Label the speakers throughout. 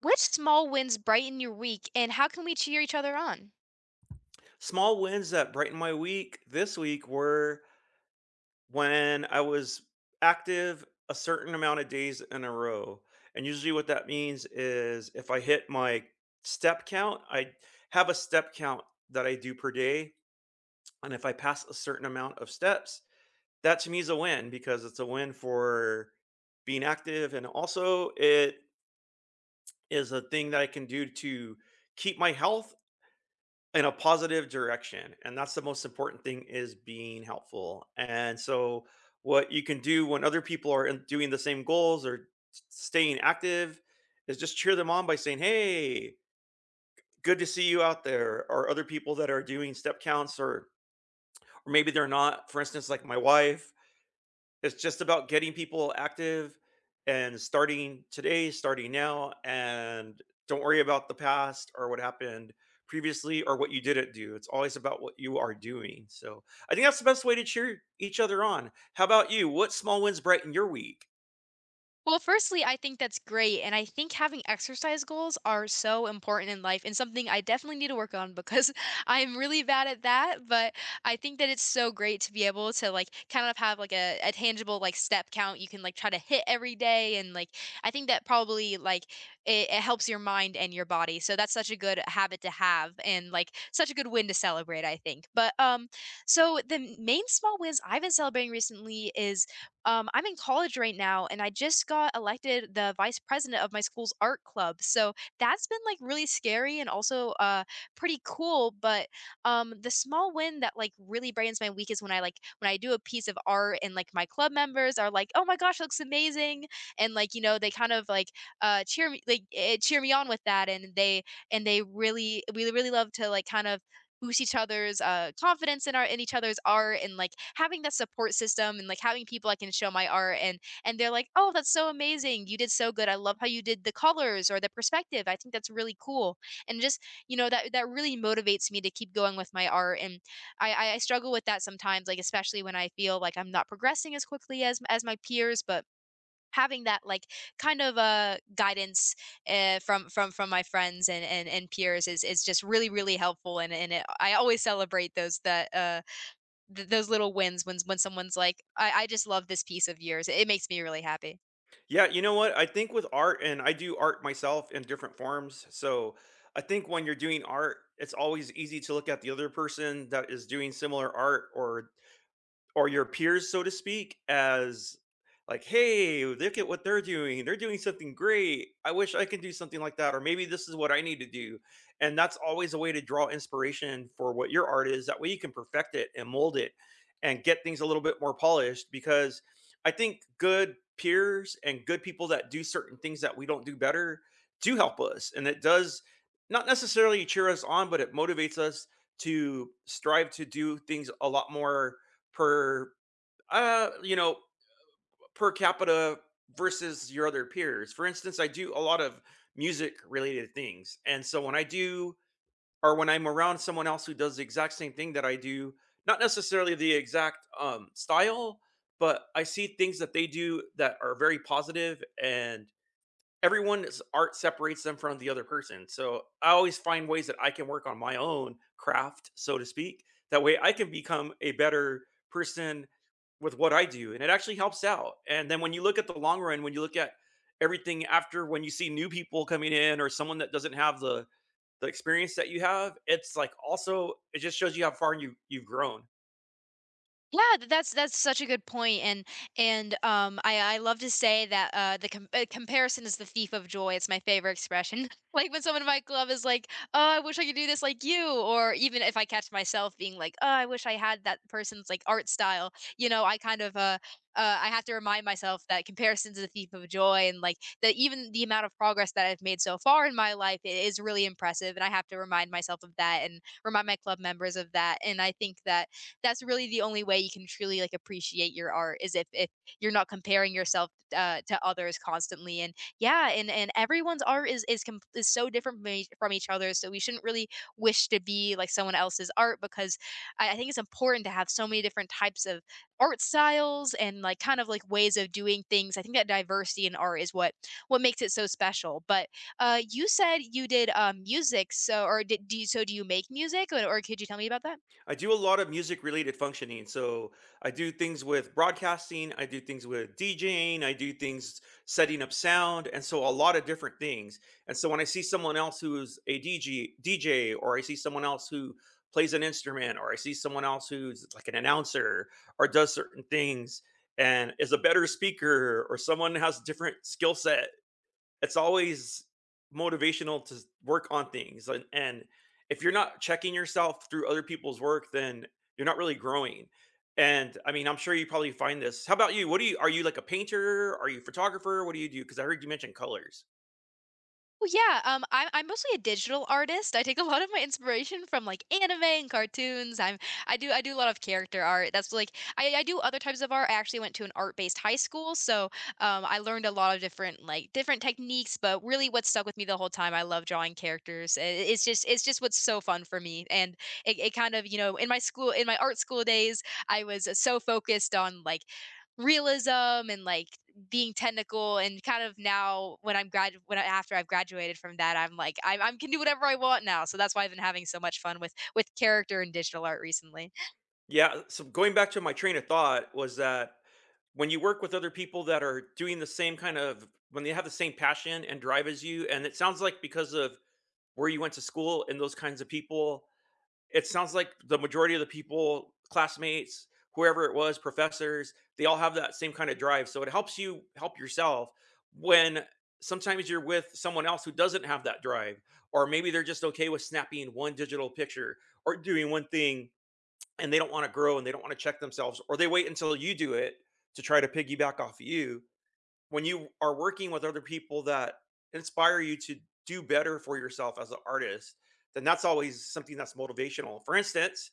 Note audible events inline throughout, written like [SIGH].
Speaker 1: Which small wins brighten your week, and how can we cheer each other on?
Speaker 2: Small wins that brighten my week this week were when I was active a certain amount of days in a row. And usually, what that means is if I hit my step count, I have a step count that I do per day. And if I pass a certain amount of steps, that to me is a win because it's a win for being active. And also, it is a thing that I can do to keep my health in a positive direction, and that's the most important thing is being helpful. And so what you can do when other people are doing the same goals or staying active is just cheer them on by saying, "Hey, good to see you out there," or other people that are doing step counts, or maybe they're not, for instance, like my wife. It's just about getting people active and starting today, starting now, and don't worry about the past or what happened previously or what you didn't do. It's always about what you are doing. So I think that's the best way to cheer each other on. How about you? What small wins brighten your week?
Speaker 1: Well, firstly, I think that's great. And I think having exercise goals are so important in life and something I definitely need to work on because [LAUGHS] I'm really bad at that. But I think that it's so great to be able to like kind of have like a tangible like step count you can like try to hit every day. And like, I think that probably like it helps your mind and your body. So that's such a good habit to have and like such a good win to celebrate, I think. But so the main small wins I've been celebrating recently is I'm in college right now, and I just got elected the vice president of my school's art club. So that's been like really scary and also pretty cool. But the small win that like really brightens my week is when I like when I do a piece of art and like my club members are like, "Oh my gosh, it looks amazing!" And like you know they kind of like cheer me on with that, and they really we really love to like kind of boost each other's confidence in each other's art and like having that support system and like having people I can show my art and they're like, "Oh, that's so amazing. You did so good. I love how you did the colors or the perspective. I think that's really cool." And just, that really motivates me to keep going with my art, and I struggle with that sometimes, like especially when I feel like I'm not progressing as quickly as my peers, but having that like kind of guidance from my friends and peers is just really really helpful, and I always celebrate those little wins when someone's like I just love this piece of yours. It makes me really happy.
Speaker 2: Yeah, you know what? I think with art, and I do art myself in different forms. So I think when you're doing art, it's always easy to look at the other person that is doing similar art or your peers, so to speak, as like, hey, look at what they're doing. They're doing something great. I wish I could do something like that. Or maybe this is what I need to do. And that's always a way to draw inspiration for what your art is. That way you can perfect it and mold it and get things a little bit more polished. Because I think good peers and good people that do certain things that we don't do better do help us. And it does not necessarily cheer us on, but it motivates us to strive to do things a lot more per uh you know per capita versus your other peers. For instance, I do a lot of music related things, and so when I do, or when I'm around someone else who does the exact same thing that I do, not necessarily the exact style, but I see things that they do that are very positive. And everyone's art separates them from the other person. So I always find ways that I can work on my own craft, so to speak. That way I can become a better person with what I do. And it actually helps out. And then when you look at the long run, when you look at everything after, when you see new people coming in or someone that doesn't have the experience that you have, it's like also, it just shows you how far you've grown.
Speaker 1: Yeah, that's such a good point, and I love to say that the comparison is the thief of joy. It's my favorite expression. [LAUGHS] Like when someone in my club is like, "Oh, I wish I could do this like you," or even if I catch myself being like, "Oh, I wish I had that person's like art style," I kind of I have to remind myself that comparison is the thief of joy, and like that even the amount of progress that I've made so far in my life is really impressive, and I have to remind myself of that and remind my club members of that, and I think that that's really the only way you can truly like appreciate your art is if you're not comparing yourself to others constantly. And yeah, and everyone's art is so different from each other. So we shouldn't really wish to be like someone else's art because I think it's important to have so many different types of art styles and like kind of like ways of doing things. I think that diversity in art is what makes it so special. But you said you did music, so or did do you, so? Do you make music, or could you tell me about that?
Speaker 2: I do a lot of music related functioning. So I do things with broadcasting, I do things with DJing, I do things setting up sound, and so a lot of different things. And so when I see someone else who's a DJ, or I see someone else who plays an instrument, or I see someone else who's like an announcer or does certain things and is a better speaker, or someone has different skill set, it's always motivational to work on things. And if you're not checking yourself through other people's work, then you're not really growing. And I mean, I'm sure you probably find this. How about you? What do you, are you like a painter, are you a photographer, what do you do? Because I heard you mention colors.
Speaker 1: Well, yeah, I'm mostly a digital artist. I take a lot of my inspiration from like anime and cartoons. I do a lot of character art. That's like I do other types of art. I actually went to an art based high school, so I learned a lot of different like different techniques. But really, what stuck with me the whole time, I love drawing characters. It's just what's so fun for me, and it kind of in my art school days, I was so focused on like realism and like being technical and kind of now when I'm grad when I, after I've graduated from that, I'm like I can do whatever I want now. So that's why I've been having so much fun with character and digital art recently.
Speaker 2: Yeah, so going back to my train of thought was that when you work with other people that are doing the same kind of, when they have the same passion and drive as you, and it sounds like because of where you went to school and those kinds of people, it sounds like the majority of the people, classmates, whoever it was, professors, they all have that same kind of drive. So it helps you help yourself when sometimes you're with someone else who doesn't have that drive, or maybe they're just okay with snapping one digital picture or doing one thing, and they don't want to grow and they don't want to check themselves, or they wait until you do it to try to piggyback off of you. When you are working with other people that inspire you to do better for yourself as an artist, then that's always something that's motivational. For instance,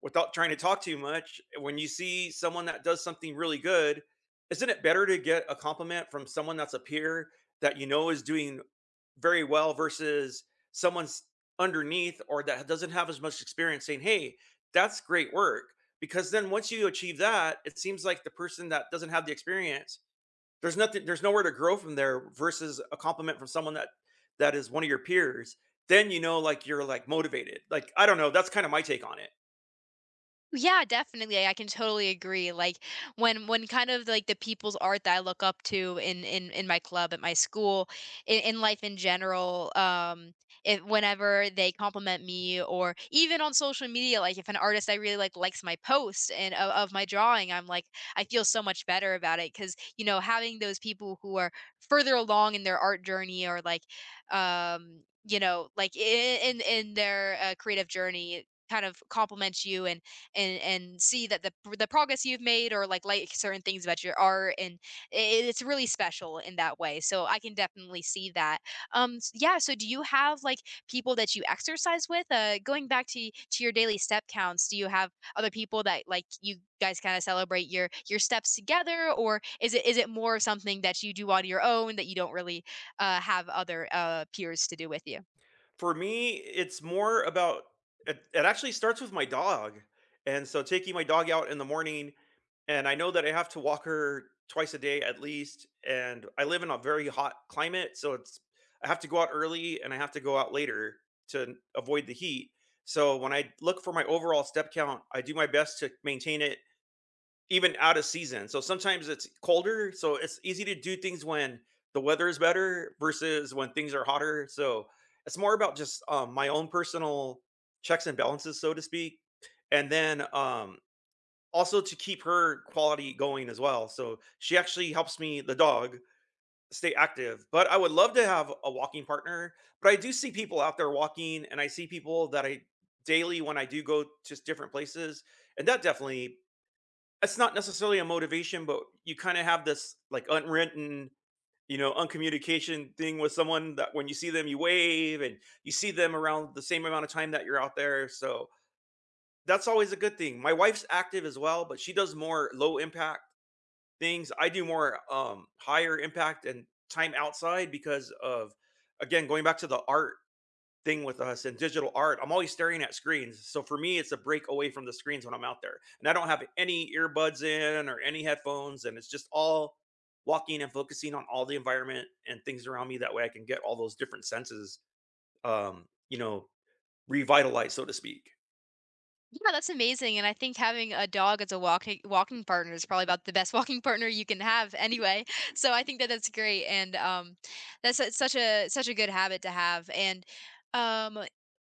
Speaker 2: without trying to talk too much, when you see someone that does something really good, isn't it better to get a compliment from someone that's a peer that you know is doing very well versus someone's underneath or that doesn't have as much experience saying, "Hey, that's great work." Because then once you achieve that, it seems like the person that doesn't have the experience, there's nothing. There's nowhere to grow from there. Versus a compliment from someone that that is one of your peers, then you know, like you're like motivated. Like I don't know. That's kind of my take on it.
Speaker 1: Yeah, definitely. I can totally agree. Like when kind of like the people's art that I look up to in my club at my school, in life in general, if whenever they compliment me or even on social media, like if an artist I really like likes my post and of my drawing, I'm like I feel so much better about it cuz having those people who are further along in their art journey or like like in their creative journey kind of compliments you and see that the progress you've made or like certain things about your art, and it's really special in that way, so I can definitely see that, yeah, so do you have like people that you exercise with going back to your daily step counts. Do you have other people that like you guys kind of celebrate your steps together, or is it more something that you do on your own that you don't really have other peers to do with you?
Speaker 2: For me, it's more about, it actually starts with my dog. And so taking my dog out in the morning, and I know that I have to walk her twice a day at least. And I live in a very hot climate. So it's, I have to go out early and I have to go out later to avoid the heat. So when I look for my overall step count, I do my best to maintain it even out of season. So sometimes it's colder, so it's easy to do things when the weather is better versus when things are hotter. So it's more about just my own personal checks and balances, so to speak. And then also to keep her quality going as well. So she actually helps me, the dog, stay active. But I would love to have a walking partner. But I do see people out there walking, and I see people that I daily when I do go to different places, and that definitely, it's not necessarily a motivation, but you kinda have this, like, unwritten, you know, uncommunication thing with someone that when you see them, you wave, and you see them around the same amount of time that you're out there, so that's always a good thing. My wife's active as well, but she does more low impact things. I do more, higher impact and time outside because of, again, going back to the art thing with us in digital art. I'm always staring at screens. So for me, it's a break away from the screens when I'm out there. And I don't have any earbuds in or any headphones. And it's just all walking and focusing on all the environment and things around me. That way I can get all those different senses um, you know, revitalized, so to speak.
Speaker 1: Yeah, that's amazing, and I think having a dog as a walking partner is probably about the best [LAUGHS] walking partner you can have anyway. [LAUGHS] So I think that that's great, and that's such a good habit to have. And um,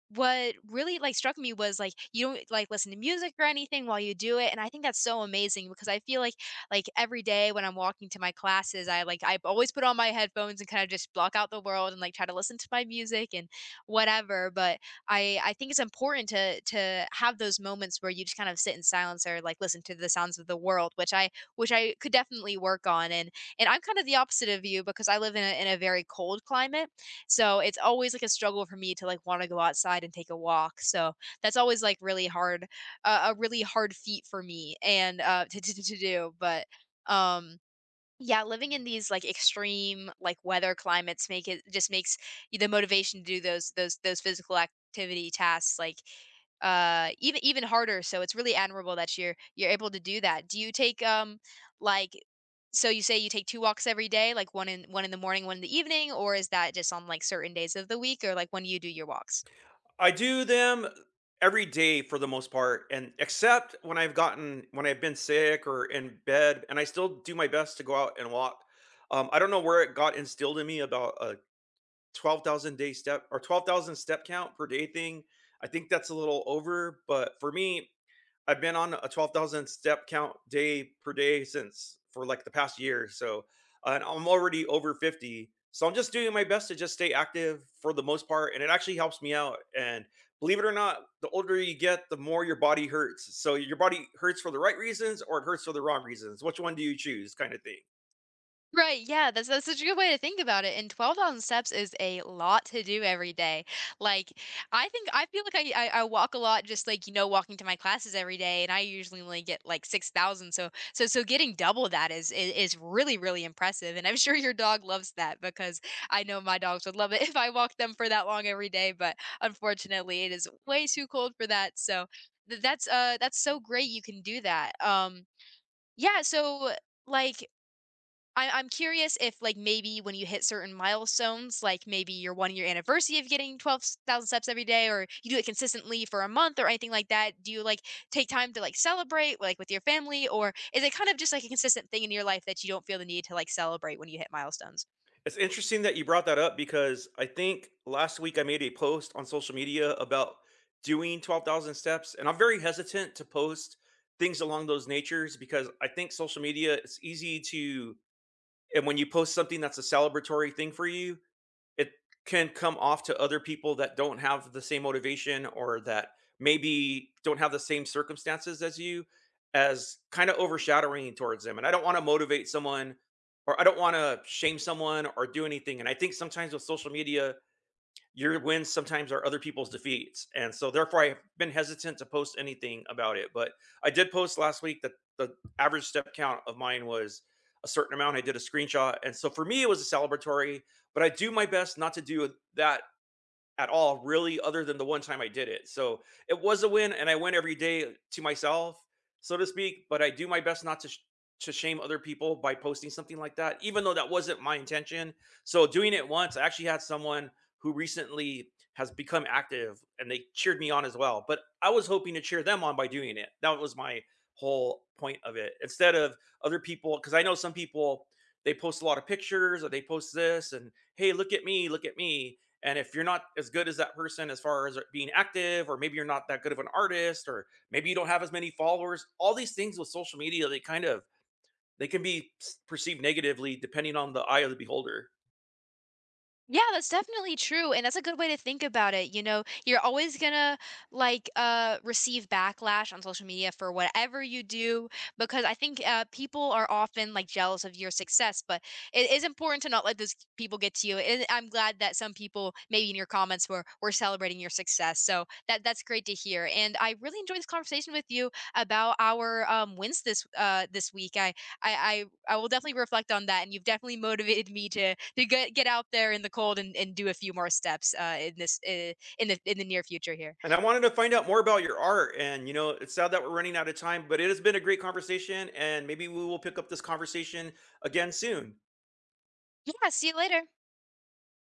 Speaker 1: what really like struck me was like you don't like listen to music or anything while you do it, and I think that's so amazing because I feel like every day when I'm walking to my classes, I always put on my headphones and kind of just block out the world and like try to listen to my music and whatever, but I think it's important to have those moments where you just kind of sit in silence or like listen to the sounds of the world, which I could definitely work on. And I'm kind of the opposite of you because I live in a very cold climate. So it's always like a struggle for me to like want to go outside and take a walk. So that's always like a really hard feat for me and to do. But um yeah, living in these, like, extreme, like, weather climates make it just makes y the motivation to do those physical activity tasks, like, even harder, so it's really admirable that you're able to do that. Do you take, like so you say you take 2 walks every day, like, 1 in the morning, 1 in the evening, or is that just on, like, certain days of the week, or, like, when do you do your walks?
Speaker 2: I do them every day for the most part. And except when I've gotten, when I've been sick or in bed, and I still do my best to go out and walk. I don't know where it got instilled in me about 12,000 day step or 12,000 step count per day thing. I think that's a little over, but for me, I've been on a 12,000 step count day per day since for like the past year. So, and I'm already over 50. So I'm just doing my best to just stay active for the most part. And it actually helps me out. And believe it or not, the older you get, the more your body hurts. So your body hurts for the right reasons or it hurts for the wrong reasons. Which one do you choose? Kind of thing.
Speaker 1: Right, yeah, that's such a good way to think about it, and 12,000 steps is a lot to do every day. Like, I think I feel like I walk a lot just, like, walking to my classes every day, and I usually only get, like, 6,000, so getting double that is really, really impressive, and I'm [LAUGHS] sure your dog loves that because I know my dogs would love it [LAUGHS] if I walked them for that long every day, but unfortunately, it is way too cold for that, so that's so great you can do that. Yeah, so, like I'm curious if, like, maybe when you hit certain milestones, like, maybe your one-year anniversary of getting 12,000 steps every day, or you do it consistently for a month or anything like that, do you, like, take time to, like, celebrate, like, with your family, or is it kind of just, like, a consistent thing in your life that you don't feel the need to, like, celebrate when you hit milestones?
Speaker 2: It's interesting that you brought that up because I think last week I made a post on social media about doing 12,000 steps, and I'm very hesitant to post things along those natures because I think social media, it's easy to, and when you post something that's a celebratory thing for you, it can come off to other people that don't have the same motivation or that maybe don't have the same circumstances as you as kind of overshadowing towards them. And I don't want to motivate someone, or I don't want to shame someone or do anything. And I think sometimes with social media, your wins sometimes are other people's defeats. And so therefore I've been hesitant to post anything about it. But I did post last week that the average step count of mine was a certain amount. I did a screenshot. And so for me it was a celebratory, but I do my best not to do that at all, really, other than the one time I did it. So it was a win, and I win every day to myself, so to speak. But I do my best not to to shame other people by posting something like that, even though that wasn't my intention. So doing it once, I actually had someone who recently has become active, and they cheered me on as well. But I was hoping to cheer them on by doing it. That was my whole point of it. Instead of other people, because I know some people, they post a lot of pictures or they post this and, "Hey, look at me, look at me." And if you're not as good as that person as far as being active, or maybe you're not that good of an artist, or maybe you don't have as many followers, all these things with social media, they kind of, they can be perceived negatively depending on the eye of the beholder.
Speaker 1: Yeah, that's definitely true, and that's a good way to think about it, you know? You're always gonna, like, receive backlash on social media for whatever you do because I think, people are often, like, jealous of your success, but it is important to not let those people get to you, and I'm glad that some people, maybe in your comments, were celebrating your success, so that's great to hear, and I really enjoyed this conversation with you about our, wins this week. I will definitely reflect on that, and you've definitely motivated me to get out there in the cold and do a few more steps in the near future here.
Speaker 2: And I wanted to find out more about your art. And you know, it's sad that we're running out of time, but it has been a great conversation. And maybe we will pick up this conversation again soon.
Speaker 1: Yeah, see you later.